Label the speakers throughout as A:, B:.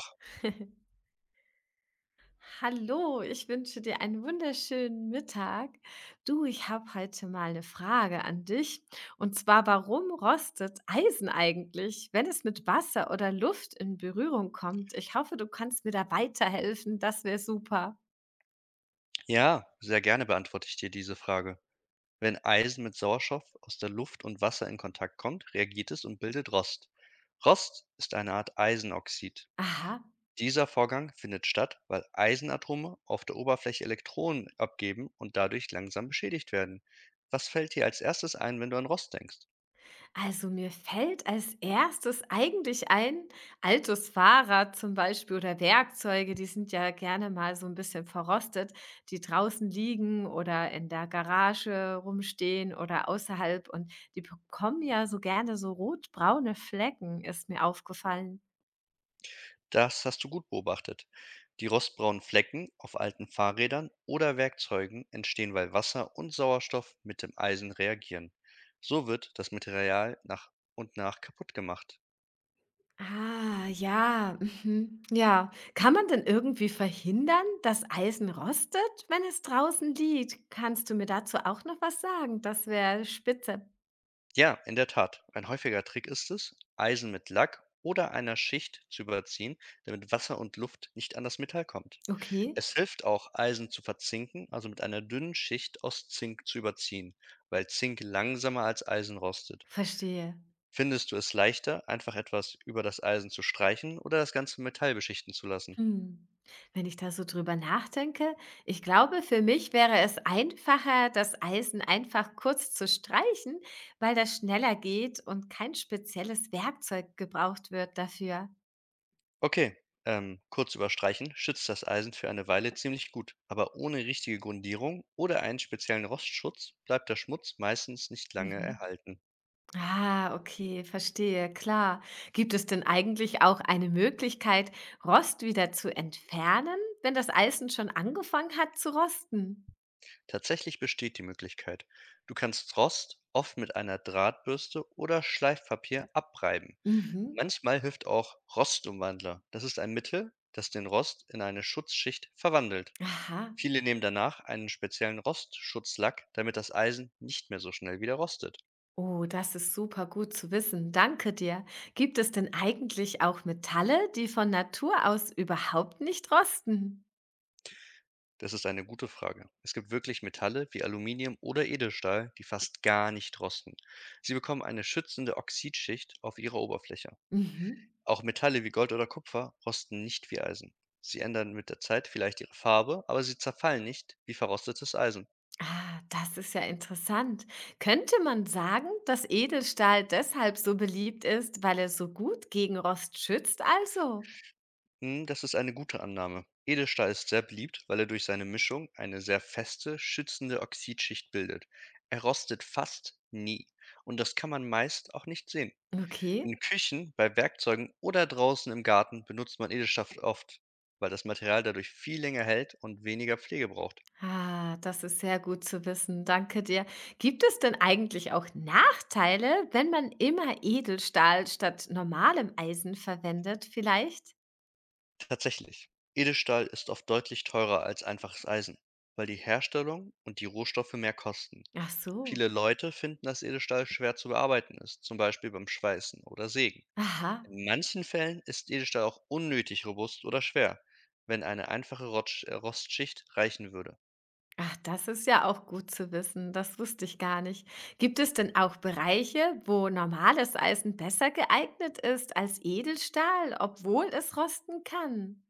A: Ach,
B: Hallo, ich wünsche dir einen wunderschönen Mittag. Du, ich habe heute mal eine Frage an dich. Und zwar, warum rostet Eisen eigentlich, wenn es mit Wasser oder Luft in Berührung kommt? Ich hoffe, du kannst mir da weiterhelfen. Das wäre super.
A: ja, sehr gerne beantworte ich dir diese Frage. Wenn Eisen mit Sauerstoff aus der Luft und Wasser in Kontakt kommt, reagiert es und bildet Rost. Rost ist eine Art Eisenoxid.
B: Aha.
A: Dieser Vorgang findet statt, weil Eisenatome auf der Oberfläche Elektronen abgeben und dadurch langsam beschädigt werden. Was fällt dir als erstes ein, wenn du an Rost denkst?
B: Also mir fällt als erstes eigentlich ein, altes Fahrrad zum Beispiel oder Werkzeuge, die sind ja gerne mal so ein bisschen verrostet, die draußen liegen oder in der Garage rumstehen oder außerhalb und die bekommen ja so gerne so rotbraune Flecken, ist mir aufgefallen.
A: Das hast du gut beobachtet. Die rostbraunen Flecken auf alten Fahrrädern oder Werkzeugen entstehen, weil Wasser und Sauerstoff mit dem Eisen reagieren. So wird das Material nach und nach kaputt gemacht.
B: Ah, ja, mhm, ja. Kann man denn irgendwie verhindern, dass Eisen rostet, wenn es draußen liegt? Kannst du mir dazu auch noch was sagen? Das wäre spitze.
A: Ja, in der Tat. Ein häufiger Trick ist es, Eisen mit Lack oder einer Schicht zu überziehen, damit Wasser und Luft nicht an das Metall kommt.
B: Okay,
A: Es hilft auch, Eisen zu verzinken, also mit einer dünnen Schicht aus Zink zu überziehen, weil Zink langsamer als Eisen rostet.
B: verstehe.
A: Findest du es leichter, einfach etwas über das Eisen zu streichen oder das ganze Metall beschichten zu lassen?
B: Hm. Wenn ich da so drüber nachdenke, ich glaube, für mich wäre es einfacher, das Eisen einfach kurz zu streichen, weil das schneller geht und kein spezielles Werkzeug gebraucht wird dafür.
A: Okay, kurz überstreichen schützt das Eisen für eine Weile ziemlich gut, aber ohne richtige Grundierung oder einen speziellen Rostschutz bleibt der Schmutz meistens nicht lange
B: Mhm.
A: erhalten.
B: Ah, okay, verstehe, klar. Gibt es denn eigentlich auch eine Möglichkeit, Rost wieder zu entfernen, wenn das Eisen schon angefangen hat zu rosten?
A: Tatsächlich besteht die Möglichkeit. Du kannst Rost oft mit einer Drahtbürste oder Schleifpapier abreiben.
B: Mhm.
A: Manchmal hilft auch Rostumwandler. Das ist ein Mittel, das den Rost in eine Schutzschicht verwandelt.
B: Aha.
A: Viele nehmen danach einen speziellen Rostschutzlack, damit das Eisen nicht mehr so schnell wieder rostet.
B: Oh, das ist super gut zu wissen. Danke dir. Gibt es denn eigentlich auch Metalle, die von Natur aus überhaupt nicht rosten?
A: Das ist eine gute Frage. Es gibt wirklich Metalle wie Aluminium oder Edelstahl, die fast gar nicht rosten. Sie bekommen eine schützende Oxidschicht auf ihrer Oberfläche.
B: Mhm.
A: Auch Metalle wie Gold oder Kupfer rosten nicht wie Eisen. Sie ändern mit der Zeit vielleicht ihre Farbe, aber sie zerfallen nicht wie verrostetes Eisen.
B: Ah, das ist ja interessant. Könnte man sagen, dass Edelstahl deshalb so beliebt ist, weil er so gut gegen Rost schützt, also?
A: Hm, das ist eine gute Annahme. Edelstahl ist sehr beliebt, weil er durch seine Mischung eine sehr feste, schützende Oxidschicht bildet. Er rostet fast nie und das kann man meist auch nicht sehen.
B: Okay.
A: In Küchen, bei Werkzeugen oder draußen im Garten benutzt man Edelstahl oft, weil das Material dadurch viel länger hält und weniger Pflege braucht.
B: Ah, das ist sehr gut zu wissen. Danke dir. Gibt es denn eigentlich auch Nachteile, wenn man immer Edelstahl statt normalem Eisen verwendet, vielleicht?
A: Tatsächlich, Edelstahl ist oft deutlich teurer als einfaches Eisen, weil die Herstellung und die Rohstoffe mehr kosten.
B: Ach so.
A: Viele Leute finden, dass Edelstahl schwer zu bearbeiten ist, zum Beispiel beim Schweißen oder Sägen.
B: Aha.
A: In manchen Fällen ist Edelstahl auch unnötig robust oder schwer, wenn eine einfache Rostschicht reichen würde.
B: Ach, das ist ja auch gut zu wissen. Das wusste ich gar nicht. Gibt es denn auch Bereiche, wo normales Eisen besser geeignet ist als Edelstahl, obwohl es rosten kann?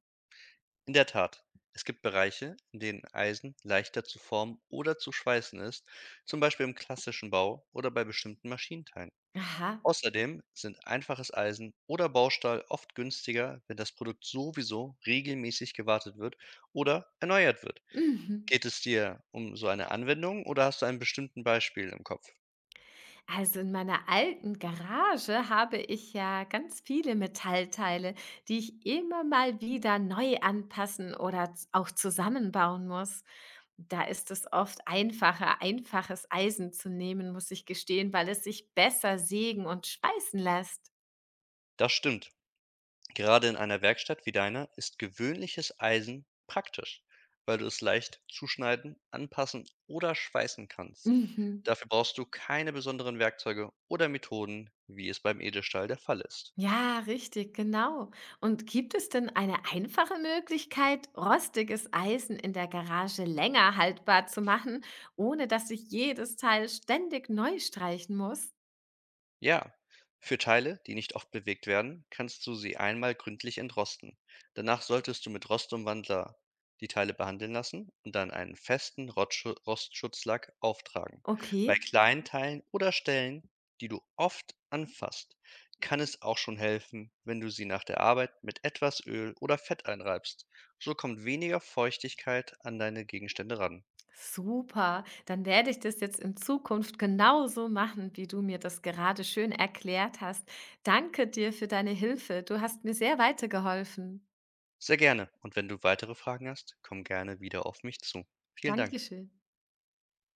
A: In der Tat, es gibt Bereiche, in denen Eisen leichter zu formen oder zu schweißen ist, zum Beispiel im klassischen Bau oder bei bestimmten Maschinenteilen.
B: Aha.
A: Außerdem sind einfaches Eisen oder Baustahl oft günstiger, wenn das Produkt sowieso regelmäßig gewartet wird oder erneuert wird.
B: Mhm.
A: Geht es dir um so eine Anwendung oder hast du einen bestimmten Beispiel im Kopf?
B: Also in meiner alten Garage habe ich ja ganz viele Metallteile, die ich immer mal wieder neu anpassen oder auch zusammenbauen muss. Da ist es oft einfacher, einfaches Eisen zu nehmen, muss ich gestehen, weil es sich besser sägen und schweißen lässt.
A: Das stimmt. Gerade in einer Werkstatt wie deiner ist gewöhnliches Eisen praktisch, weil du es leicht zuschneiden, anpassen oder schweißen kannst.
B: Mhm.
A: Dafür brauchst du keine besonderen Werkzeuge oder Methoden, wie es beim Edelstahl der Fall ist.
B: Ja, richtig, genau. Und gibt es denn eine einfache Möglichkeit, rostiges Eisen in der Garage länger haltbar zu machen, ohne dass ich jedes Teil ständig neu streichen muss?
A: Ja, für Teile, die nicht oft bewegt werden, kannst du sie einmal gründlich entrosten. Danach solltest du mit Rostumwandler die Teile behandeln lassen und dann einen festen Rostschutzlack auftragen. Bei
B: Okay,
A: kleinen Teilen oder Stellen, die du oft anfasst, kann es auch schon helfen, wenn du sie nach der Arbeit mit etwas Öl oder Fett einreibst. So kommt weniger Feuchtigkeit an deine Gegenstände ran.
B: super. Dann werde ich das jetzt in Zukunft genauso machen, wie du mir das gerade schön erklärt hast. Danke dir für deine Hilfe. Du hast mir sehr weitergeholfen.
A: Sehr gerne. Und wenn du weitere Fragen hast, komm gerne wieder auf mich zu. Vielen Dank.
B: Dankeschön.